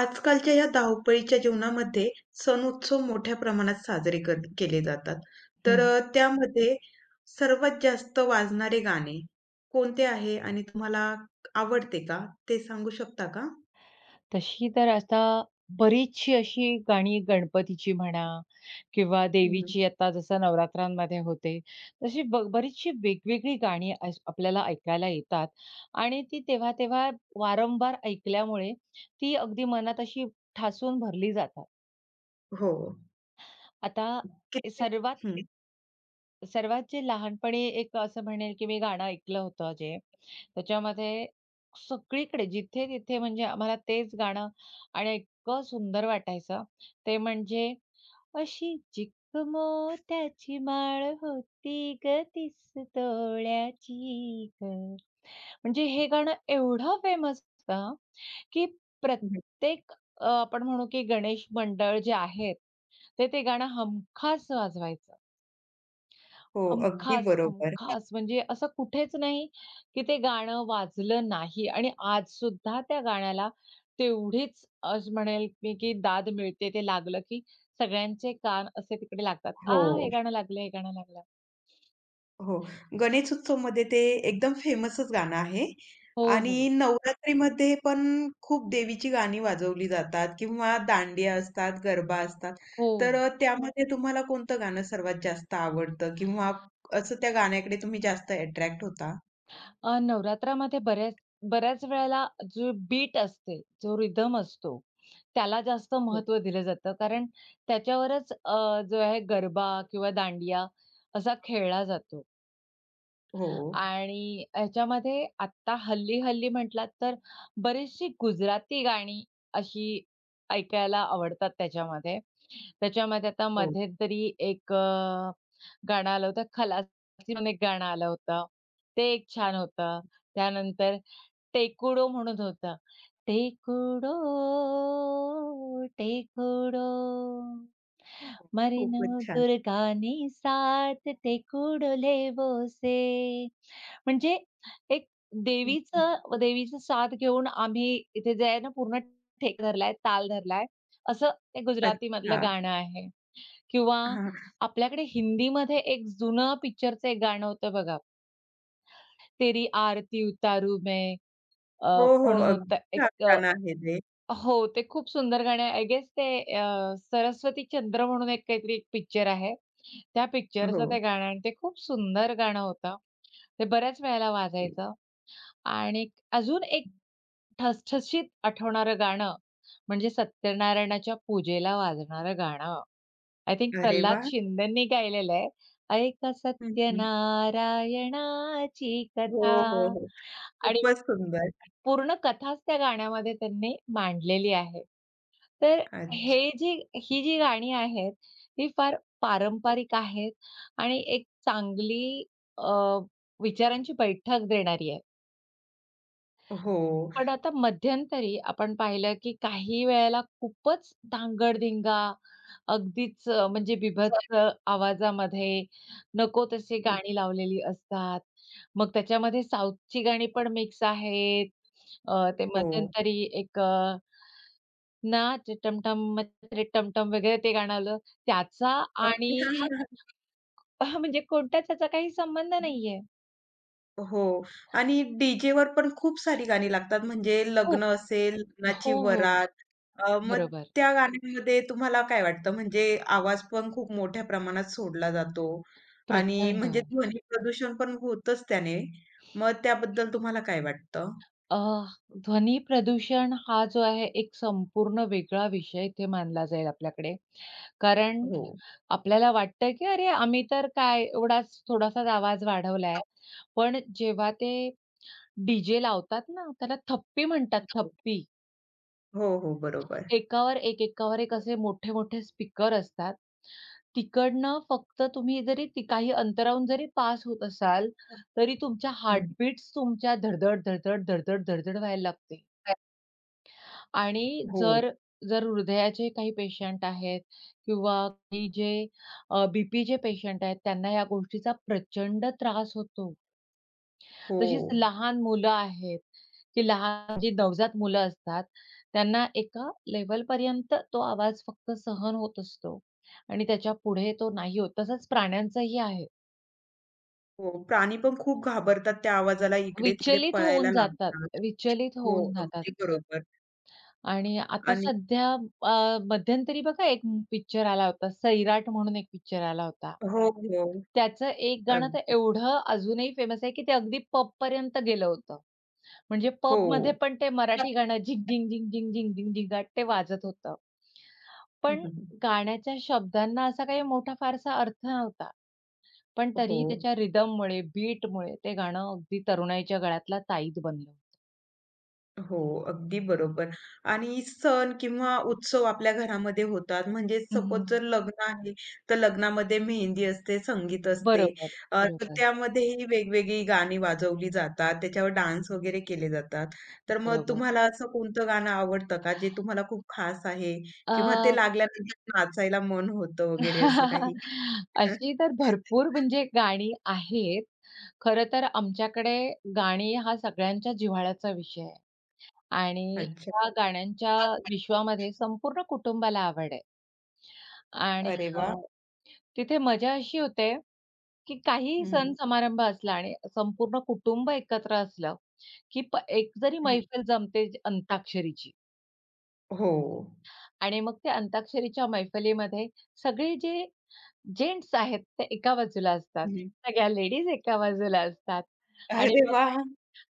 आजकालच्या या धावपळीच्या जीवनामध्ये सण उत्सव मोठ्या प्रमाणात साजरे केले जातात. हं, तर हं. त्यामध्ये सर्वात जास्त वाजणारे गाणे कोणते आहे आणि तुम्हाला आवडते का? ते सांगू शकता का? तशी तर आता बरीचशी अशी गाणी गणपतीची म्हणा किंवा हं, देवीची आता जसं नवरात्रांमध्ये होते, तशी बरीचशी वेगवेगळी गाणी आपल्याला ऐकायला येतात आणि ती तेव्हा-तेव्हा वारंवार ऐकल्यामुळे ती अगदी मनात अशी ठासून भरली जातात. हो. आता किती सर्वात हं. सर्वात जे लहानपणी एक असं म्हणेल, की मी गाणं ऐकलं होतं जे, त्याच्यामध्ये सगळीकडे जिथे-तिथे म्हणजे आम्हाला तेच गाणं आणि इतकं सुंदर वाटायचं. ते म्हणजे अशी मोत्याची माळ होती गं 30 तोळ्याची गं. म्हणजे हे गाणं एवढं फेमस होतं, की प्रत्येक आपण म्हणू, की गणेश मंडळ जे आहेत, ते ते गाणं हमखास वाजवायचं. हो, अगदी हमखास, बरोबर. हमखास म्हणजे असं कुठेच नाही, की ते गाणं वाजलं नाही आणि आजसुद्धा त्या गाण्याला तेवढीच असं म्हणेल मी, की दाद मिळते. ते लागलं, की सगळ्यांचे कान असे तिकडे लागतात. "आ, हो. हे गाणं लागलं, हे गाणं लागलं." हो. गणेश उत्सवमध्ये ते एकदम फेमसच गाणं आहे हो, आणि हो. नवरात्रीमध्ये पण खूप देवीची गाणी वाजवली जातात किंवा दांडिया असतात, गरबा असतात. हो. तर त्यामध्ये तुम्हाला कोणतं गाणं सर्वात जास्त आवडतं किंवा असं त्या गाण्याकडे तुम्ही जास्त अट्रॅक्ट होता? नवरात्रामध्ये बऱ्याच बऱ्याच वेळेला जो बीट असते, जो रिदम असतो, त्याला जास्त हो. महत्त्व दिलं जातं. कारण त्याच्यावरच जो आहे गरबा किंवा दांडिया असा खेळला जातो. हो. आणि ह्याच्यामध्ये आत्ता हल्ली-हल्ली म्हटलात तर बरीचशी गुजराती गाणी अशी ऐकायला आवडतात त्याच्यामध्ये. त्याच्यामध्ये आता हो. मध्यंतरी एक गाणं आलं होतं, खलासी म्हणून एक गाणं आलं होतं. ते एक छान होतं. त्यानंतर टेकुडो म्हणून होतं. टेकुडो, टेकुडो हो. मरेन खूपच छान. गुरगानी साथ ते कुडले बोसे. म्हणजे एक हं, देवीचं देवीचं साथ घेऊन आम्ही इथे जे आहे ना पूर्ण ठेका धरलाय, ताल धरलाय. असं ते गुजरातीमधलं अच्छा. गाणं आहे किंवा हां. आपल्याकडे हिंदीमध्ये एक जुनं पिक्चरचं एक गाणं होतं बघा, तेरी आरती उतारू मैं अ, हो, हो. म्हणून अगदी होतं एक. छान गाणं आहे ते. हो, ते खूप सुंदर गाणं आहे. आय गेस ते सरस्वती चंद्र म्हणून एक काहीतरी एक पिक्चर आहे. त्या हो. पिक्चरचं ते गाणं आहे आणि ते खूप सुंदर गाणं होतं. ते बऱ्याच वेळेला वाजायचं आणि अजून एक ठसठशीत आठवणारं गाणं म्हणजे सत्यनारायणाच्या पूजेला वाजणारं गाणं. आय थिंक अरे प्रल्हाद वाह! शिंदेंनी गायलेलं आहे. ऐका हं, सत्यनारायणाची हो, कथा हो, हो. आणि खूपच सुंदर. पूर्ण कथाच त्या गाण्यामध्ये त्यांनी मांडलेली आहे. तर अच्छा. हे जी ही जी गाणी आहेत, ही फार पारंपरिक आहेत आणि एक चांगली अ, विचारांची बैठक देणारी आहे. हो. पण आता मध्यंतरी आपण पाहिलं, की काही वेळेला खूपच धांगड-धिंगा, अगदीच म्हणजे बिभत्स आवाजामध्ये नको तशी हं, गाणी लावलेली असतात. मग त्याच्यामध्ये साऊथची गाणी पण मिक्स आहेत. ते हो. मध्यंतरी एक अ ना ते टमटम मचले टमटम वगैरे ते गाणं आलं. त्याचा अ, आणि म्हणजे कोणताच त्याचा काही संबंध नाहीये. हो आणि डीजेवर पण खूप सारी गाणी लागतात म्हणजे लग्न खूप असेल, लग्नाची हो, हो. वरात मग बरोबर. त्या गाण्यांमध्ये तुम्हाला काय वाटतं म्हणजे आवाज पण खूप मोठ्या प्रमाणात सोडला जातो आणि प्रचंड. म्हणजे ध्वनी प्रदूषण पण होतंच त्याने. मग त्याबद्दल तुम्हाला काय वाटतं? अ, ध्वनी प्रदूषण हा जो आहे एक संपूर्ण वेगळा विषय इथे मानला जाईल आपल्याकडे. कारण हो. आपल्याला वाटतं, की अरे आम्ही तर काय एवढाच थोडासाच आवाज वाढवलाय. पण जेव्हा ते डी लावतात ना, त्याला थप्पी म्हणतात थप्पी. हो, हो. बरोबर. एकावर एक, एकावर एक असे मोठे-मोठे स्पीकर असतात. तिकडनं फक्त तुम्ही जरी ती काही अंतराहून जरी पास होत असाल, तरी तुमच्या हं. हार्टबीट्स तुमच्या धड-धड, धड-धड, धड-धड, धड-धड व्हायला लागते. आणि हो, जर जर हृदयाचे काही पेशंट आहेत किंवा काही जे अ, पेशंट आहेत, त्यांना या गोष्टीचा प्रचंड त्रास होतो. हो. तशीच लहान मुलं आहेत, की लहान जी नवजात मुलं असतात, त्यांना एका लेव्हलपर्यंत तो आवाज फक्त सहन होत असतो आणि त्याच्या पुढे तो नाही होत. तसंच प्राण्यांचंही आहे. हो, प्राणी पण खूप घाबरतात त्या आवाजाला, इकडे-तिकडे विचलित पळायला होऊन जातात, लागतात. विचलित हो, होऊन जातात अगदी बरोबर आणि आता आणि सध्या मध्यंतरी बघा एक पिक्चर आला होता, सैराट म्हणून एक पिक्चर आला होता. हो, हो. त्याचं एक गाणं तर अगदी. एवढं अजूनही फेमस आहे, की ते अगदी पबपर्यंत गेलं होतं. म्हणजे हो. पबमध्ये पण ते मराठी गाणं झिंग, झिंग, झिंग, झिंग, झिंग, झिंग, झिंगाट ते वाजत होतं. हं, पण हं, हं. गाण्याच्या शब्दांना असा काही मोठा फारसा अर्थ नव्हता. पण हो. तरीही त्याच्या रिदममुळे, बीटमुळे ते गाणं अगदी तरुणाईच्या गळ्यातला ताईत बनलं. हो, अगदी बरोबर. आणि सण किंवा उत्सव आपल्या घरामध्ये होतात. म्हणजे हं, हं, सपोज हं. जर लग्न आहे, तर लग्नामध्ये मेहंदी असते, संगीत असते. बरोबर, तर बरोबर, त्यामध्येही वेगवेगळी गाणी वाजवली जातात. त्याच्यावर डान्स वगैरे केले जातात. तर मग बरोबर. तुम्हाला असं कोणतं गाणं आवडतं का, जे तुम्हाला खूप खास आहे अ, किंवा ते लागल्यानंतर नाचायला मन होतं वगैरे असं काही? अशी तर भरपूर म्हणजे गाणी आहेत. खरं तर आमच्याकडे गाणी हा सगळ्यांच्या जिव्हाळ्याचा विषय आहे. आणि अच्छा. त्या गाण्यांच्या विश्वामध्ये संपूर्ण कुटुंबाला आवड आहे. आणि अरे वाह! तिथे मजा अशी होते, की काहीही हं, सण समारंभ असला आणि संपूर्ण कुटुंब एकत्र असलं, की एक जरी हं. मैफल जमते अंताक्षरीची हो. आणि मग त्या अंताक्षरीच्या मैफलीमध्ये सगळे जे जेंट्स आहेत ते एका बाजूला असतात. हं. सगळ्या लेडीज एका बाजूला असतात. आणि अरे मग वाह!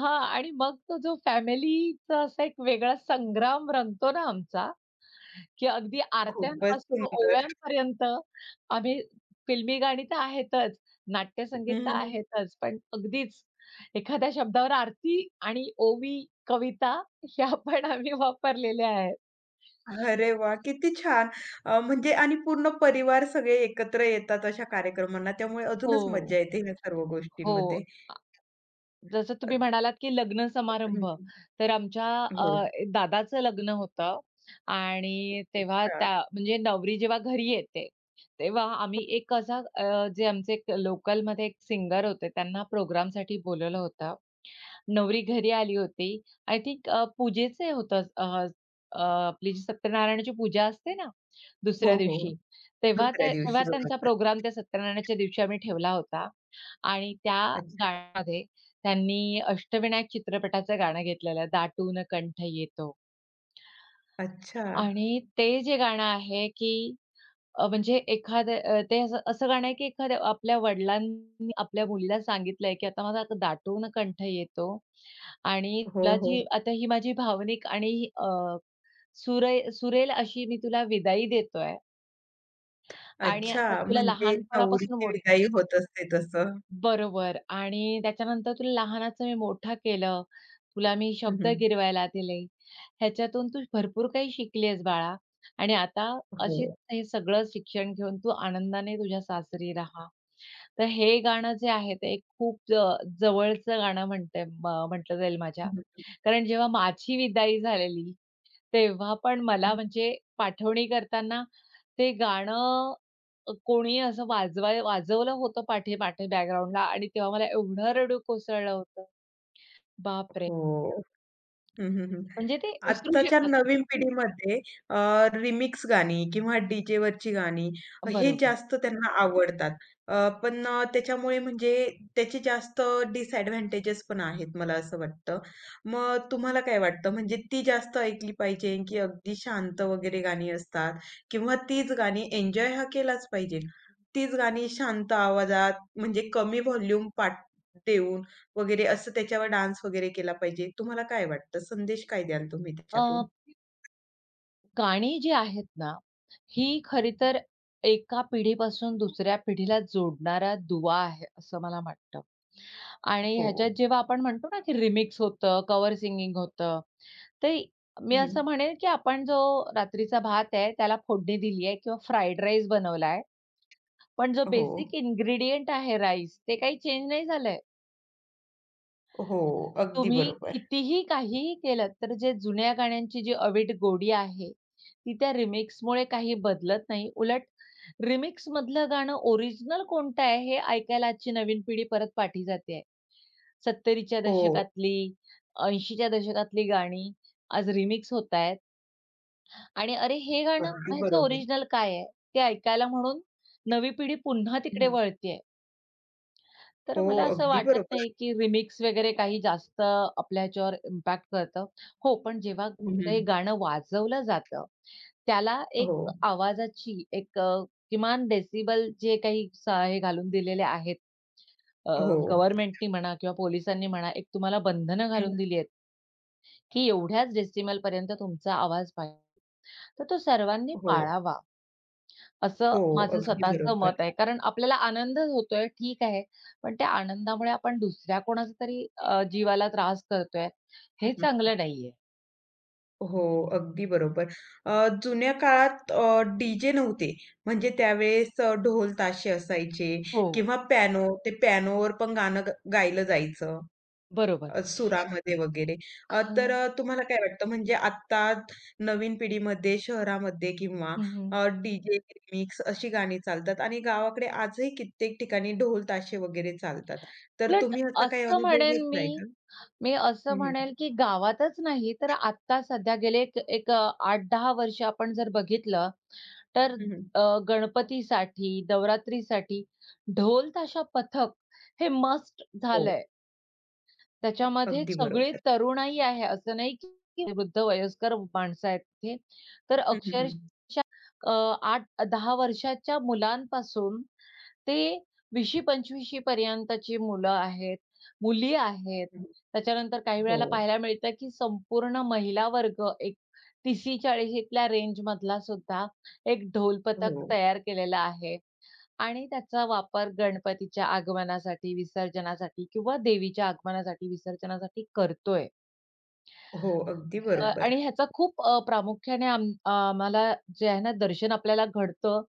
हां, आणि मग तो जो फॅमिलीचा असा एक वेगळा संग्राम रंगतो ना आमचा की अगदी खूपच आरत्यांपासून सुंदर. ओव्यांपर्यंत आम्ही फिल्मी गाणी तर आहेतच, नाट्यसंगीत हं, तर हं. आहेतच, पण अगदीच एखाद्या शब्दावर आरती आणि ओवी, कविता ह्या पण आम्ही वापरलेल्या आहेत. अरे वाह! किती छान. म्हणजे आणि पूर्ण परिवार सगळे एकत्र येतात अशा कार्यक्रमांना, त्यामुळे अजूनच मज्जा हो, येते ह्या सर्व हो. गोष्टींमध्ये. जसं अ, तुम्ही म्हणालात, की लग्न हं, समारंभ. हं. तर आमच्या हो. दादाचं लग्न होतं आणि तेव्हा अच्छा. त्या म्हणजे नवरी जेव्हा घरी येते, तेव्हा आम्ही एक असा जे आमचे लोकल लोकलमध्ये एक सिंगर होते, त्यांना प्रोग्रामसाठी बोलावलं होतं नवरी घरी आली होती. आय थिंक पूजेचं होतं अ, अ, आपली जी सत्यनारायणाची पूजा असते ना, हो, दुसऱ्या हो. दिवशी. तेव्हा दुसऱ्या त्या दिवशी तेव्हा त्यांचा बरोबर. प्रोग्राम त्या सत्यनारायणाच्या दिवशी आम्ही ठेवला होता आणि त्या अच्छा, गाण्यामध्ये त्यांनी अष्टविनायक चित्रपटाचं गाणं घेतलेलं, दाटून कंठ येतो अच्छा. आणि ते जे गाणं आहे, की म्हणजे एखाद्या ते असं असं गाणं आहे, की एखाद्या आपल्या वडिलांनी आपल्या मुलीला सांगितलंय, की "आता माझा आता दाटून कंठ येतो आणि हो, तुला हो. जी आता ही माझी भावनिक आणि सुरेल अशी मी तुला विदाई देतोय आणि आता अच्छा, तुला म्हणजे लहानपणापासून नवरीची मोठा". विदाई होत असते तसं. बरोबर. "आणि त्याच्यानंतर तुला लहानाचं मी मोठं केलं." तुला मी हं, शब्द हं. गिरवायला दिले. ह्याच्यातून तू भरपूर काही शिकली आहेस बाळा आणि आता अशीच हो. हे सगळं शिक्षण घेऊन तू आनंदाने तुझ्या सासरी राहा." तर हे गाणं जे आहे ते एक खूप जवळचं गाणं म्हणते म्हटलं जाईल माझ्या. हं, कारण जेव्हा माझी विदाई झालेली, तेव्हा पण मला म्हणजे पाठवणी करताना ते गाणं कोणी असं वाजवलं होतं पाठीमागे बॅकग्राऊंडला आणि तेव्हा मला एवढं रडू कोसळलं होतं. बापरे! हो. हं, हं, हं. म्हणजे ते विसरू आत्ताच्या शकत. नवीन पिढीमध्ये अ, रिमिक्स गाणी किंवा डीजेवरची गाणी हे बरोबर. जास्त त्यांना आवडतात. अ, पण त्याच्यामुळे म्हणजे त्याचे जास्त डिसएडव्हांटेजेस पण आहेत मला असं वाटतं. मग तुम्हाला काय वाटतं म्हणजे ती जास्त ऐकली पाहिजे की अगदी शांत वगैरे गाणी असतात किंवा तीच गाणी एन्जॉय हा केलाच पाहिजे. तीच गाणी शांत आवाजात म्हणजे कमी व्हॉल्यूम पाठ देऊन वगैरे असं त्याच्यावर डान्स वगैरे केला पाहिजे. तुम्हाला काय वाटतं? संदेश काय द्याल तुम्ही अ, त्याच्यातून? गाणी जी आहेत ना, ही खरी तर एका पिढीपासून दुसऱ्या पिढीला जोडणारा दुवा आहे, असं मला वाटतं. आणि हो. ह्याच्यात जेव्हा आपण म्हणतो ना, की रिमिक्स होतं, कव्हर सिंगिंग होतं, तर मी हं, असं म्हणेन, की आपण जो रात्रीचा भात आहे, त्याला फोडणी दिली आहे किंवा फ्राईड राईस बनवला पण जो हो. बेसिक इन्ग्रीडियंट आहे राईस, ते काही चेंज नाही झालंय. हो, अगदी तुम्ही बरोबर. कितीही काहीही केलंत, तर जे जुन्या गाण्यांची जी अवीट गोडी आहे, ती त्या रिमिक्समुळे काही बदलत नाही. उलट रिमिक्समधलं गाणं ओरिजिनल कोणतं आहे, हे ऐकायला आजची नवीन पिढी परत पाठी जाते. 70च्या हो, दशकातली, 80च्या दशकातली गाणी आज रिमिक्स होतायत आणि "अरे, हे गाणं, अगदी ह्याचं बरोबर. ओरिजिनल काय आहे?" ते ऐकायला म्हणून नवी पिढी पुन्हा तिकडे हं. वळतीये. तर हो, मला असं अगदी वाटत बरोबर. नाही, की रिमिक्स वगैरे काही जास्त आपल्या ह्याच्यावर इम्पॅक्ट करतं. हो, पण जेव्हा हं, कुठचंही हं. गाणं वाजवलं जातं, त्याला हो, एक आवाजाची एक किमान डेसिबल जे काही हे घालून दिलेले आहेत हो, गव्हर्नमेंटनी म्हणा किंवा पोलिसांनी म्हणा, एक तुम्हाला बंधनं हं. घालून दिली आहेत, की एवढ्याच डेसिबलपर्यंत तुमचा आवाज पाहिजे. तर तो सर्वांनी हो, पाळावा. असं हो, माझं अगदी स्वतःचं बरोबर. मत आहे. कारण आपल्याला आनंद होतोय, ठीक आहे. पण त्या आनंदामुळे आपण दुसऱ्या कोणाचा तरी जीवाला त्रास करतोय, हे हं, चांगलं नाहीये. हो, अगदी बरोबर. अ, जुन्या काळात नव्हते. म्हणजे त्यावेळेस ढोल ताशे असायचे हो, किंवा पियानोवर पण गाणं ग गायलं जायचं. बरोबर. सुरामध्ये वगैरे. खरं. तुम्हाला काय वाटतं म्हणजे आत्ता नवीन पिढीमध्ये शहरामध्ये किंवा हं, हं. डी-जे, रिमिक्स अशी गाणी चालतात आणि गावाकडे आजही कित्येक ठिकाणी ढोल ताशे वगैरे चालतात. तर उलट तुम्ही असा काही असं अनुभव म्हणेन घेतलाय मी, का? मी हं, असं हं. म्हणेल, की गावातच नाही तर आता सध्या गेले एक एक 8-10 वर्ष आपण जर बघितलं, तर अ, गणपतीसाठी, नवरात्रीसाठी ढोल-ताशा पथक हे मस्ट हो, झालंय. त्याच्यामध्ये अगदी सगळी बरोबर. तरुणाई आहे. असं नाही की वृद्ध वयस्कर माणसं आहेत तिथे. तर हं, हं, हं. अक्षरशः अ, 8-10 वर्षाच्या मुलांपासून ते विशी 25शी पर्यंतची मुलं आहेत, मुली आहेत. त्याच्यानंतर काही वेळेला हो, पाहायला मिळतं की संपूर्ण महिला वर्ग एक 30-40ल्या रेंजमधला सुद्धा एक ढोल पथक हो, तयार केलेला आहे. आणि त्याचा वापर गणपतीच्या आगमनासाठी, विसर्जनासाठी किंवा देवीच्या आगमनासाठी, विसर्जनासाठी करतोय. हो, अगदी बरोबर. आणि ह्याचा खूप प्रामुख्याने आम्हाला जे आहे ना दर्शन आपल्याला घडतं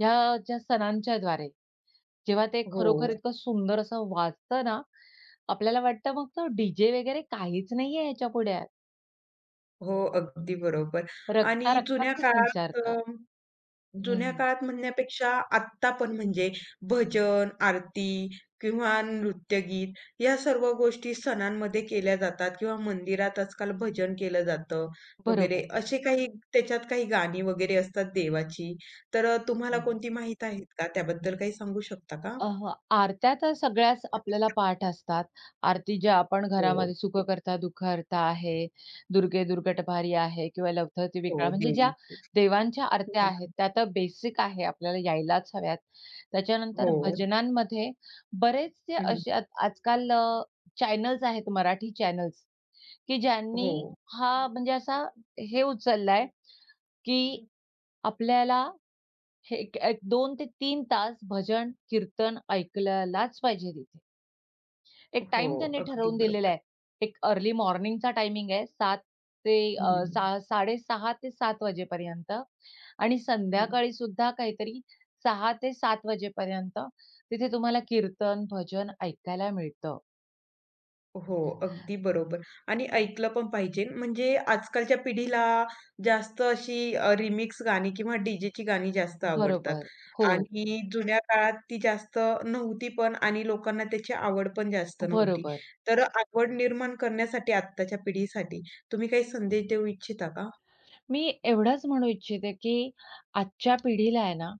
ह्या ज्या सणांच्या द्वारे। जेव्हा ते हो. खरोखर इतकं सुंदर असं वाजतं ना, आपल्याला वाटतं मग तो डी वगैरे काहीच नाहीये ह्याच्यापुढे. हो, अगदी बरोबर. रक्ता आणि रक्तात जुन्या ते काळात संचारतं. हं, जुन्या हं. काळात म्हणण्यापेक्षा आत्ता पण म्हणजे भजन, आरती किंवा नृत्यगीत या सर्व गोष्टी सणांमध्ये केल्या जातात किंवा मंदिरात आजकाल भजन केलं जातं वगैरे. बरोबर. असे काही त्याच्यात काही गाणी वगैरे असतात देवाची. तर तुम्हाला हं. कोणती माहीत आहेत का? त्याबद्दल काही सांगू शकता का? आरत्या तर सगळ्याच आपल्याला पाठ असतात. आरती ज्या आपण हो, घरामध्ये "सुखकर्ता दुःखहर्ता" आहे, "दुर्गे दुर्गटभारी" आहे किंवा "लवथवती हो, विकळा" म्हणजे ज्या देवीची. देवांच्या आरत्या हं, आहेत, त्या तर बेसिक आहे, आपल्याला यायलाच हव्यात. त्याच्यानंतर हो. भजनांमध्ये बरेचसे हं, असे आजकाल चॅनल्स आहेत, मराठी चॅनल्स, की हो, ज्यांनी हा म्हणजे असा हे उचललाय, की आपल्याला हे एक एक 2 ते तीन तास भजन, कीर्तन ऐकायलाच पाहिजे तिथे. एक हो. टाइम त्यांनी अगदी ठरवून दिलेला बरोबर. आहे. एक अर्ली मॉर्निंगचा टायमिंग आहे 7 ते अ, हं, सा 6:30 ते 7 वाजेपर्यंत आणि हं. संध्याकाळी सुद्धा काहीतरी 6 ते 7 वाजेपर्यंत तिथे तुम्हाला कीर्तन, भजन ऐकायला मिळतं. हो, अगदी बरोबर आणि ऐकलं पण पाहिजे. म्हणजे आजकालच्या पिढीला जास्त अशी रिमिक्स गाणी किंवा डीजेची गाणी जास्त आवडतात बरोबर. हो, आणि जुन्या काळात ती जास्त नव्हती पण आणि लोकांना त्याची आवड पण जास्त नव्हती. बरोबर. तर आवड निर्माण करण्यासाठी आत्ताच्या पिढीसाठी तुम्ही काही संदेश देऊ इच्छिता का? मी एवढंच म्हणू इच्छिते, की आजच्या पिढीला आहे ना,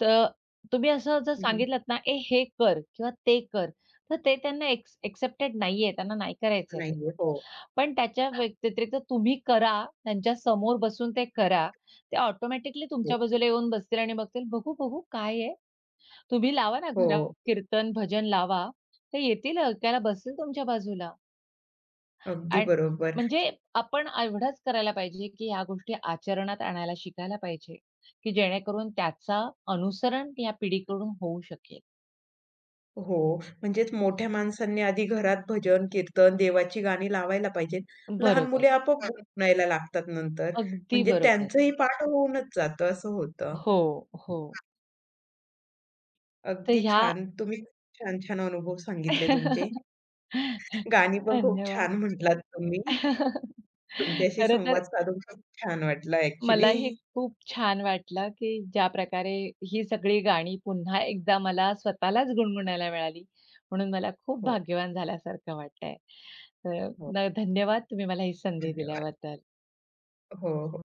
तर तुम्ही असं जर हं, हं. सांगितलत ना, "ए हे कर किंवा ते कर." तर ते त्यांना एक्सेप्टेड नाहीये. त्यांना नाही करायचंय ते. नाहीये. हो, पण त्याच्या व्यतिरिक्त तुम्ही करा, त्यांच्या समोर बसून ते करा. ते ऑटोमॅटिकली हो. तुमच्या बाजूला येऊन बसतील आणि बघतील, "बघू, बघू काय आहे?" तुम्ही लावा ना घरात हो, कीर्तन, भजन लावा. ते येतील ऐकायला, बसतील तुमच्या बाजूला. अगदी आणि बरोबर. म्हणजे आपण एवढंच करायला पाहिजे, की ह्या गोष्टी आचरणात आणायला शिकायला पाहिजे, की जेणेकरून त्याचा अनुसरण या पिढीकडून होऊ शकेल. हो. म्हणजेच मोठ्या माणसांनी आधी घरात भजन, कीर्तन, देवाची गाणी लावायला पाहिजेत. लहान बरोबर. मुले आपोआप हं, हं. लागतात नंतर. अगदी म्हणजे बरोबर. त्यांचंही हं. पाठ होऊनच जातं असं होतं. हो, हो. तर अगदी ह्या छान. तुम्ही खूप छान-छान अनुभव सांगितले तुमचे. गाणी पण खूप धन्यवाद. छान म्हटलात तुम्ही. तुमच्याशी खरं तर संवाद साधून खूप छान वाटला मला ॲक्चुअली. हे खूप छान वाटलं, की ज्या प्रकारे ही सगळी गाणी पुन्हा एकदा मला स्वतःलाच गुणगुणायला मिळाली, म्हणून मला खूप हो, भाग्यवान झाल्यासारखं वाटतंय. तर हो. धन्यवाद तुम्ही मला ही संधी धन्यवाद. दिल्याबद्दल. हो, हो.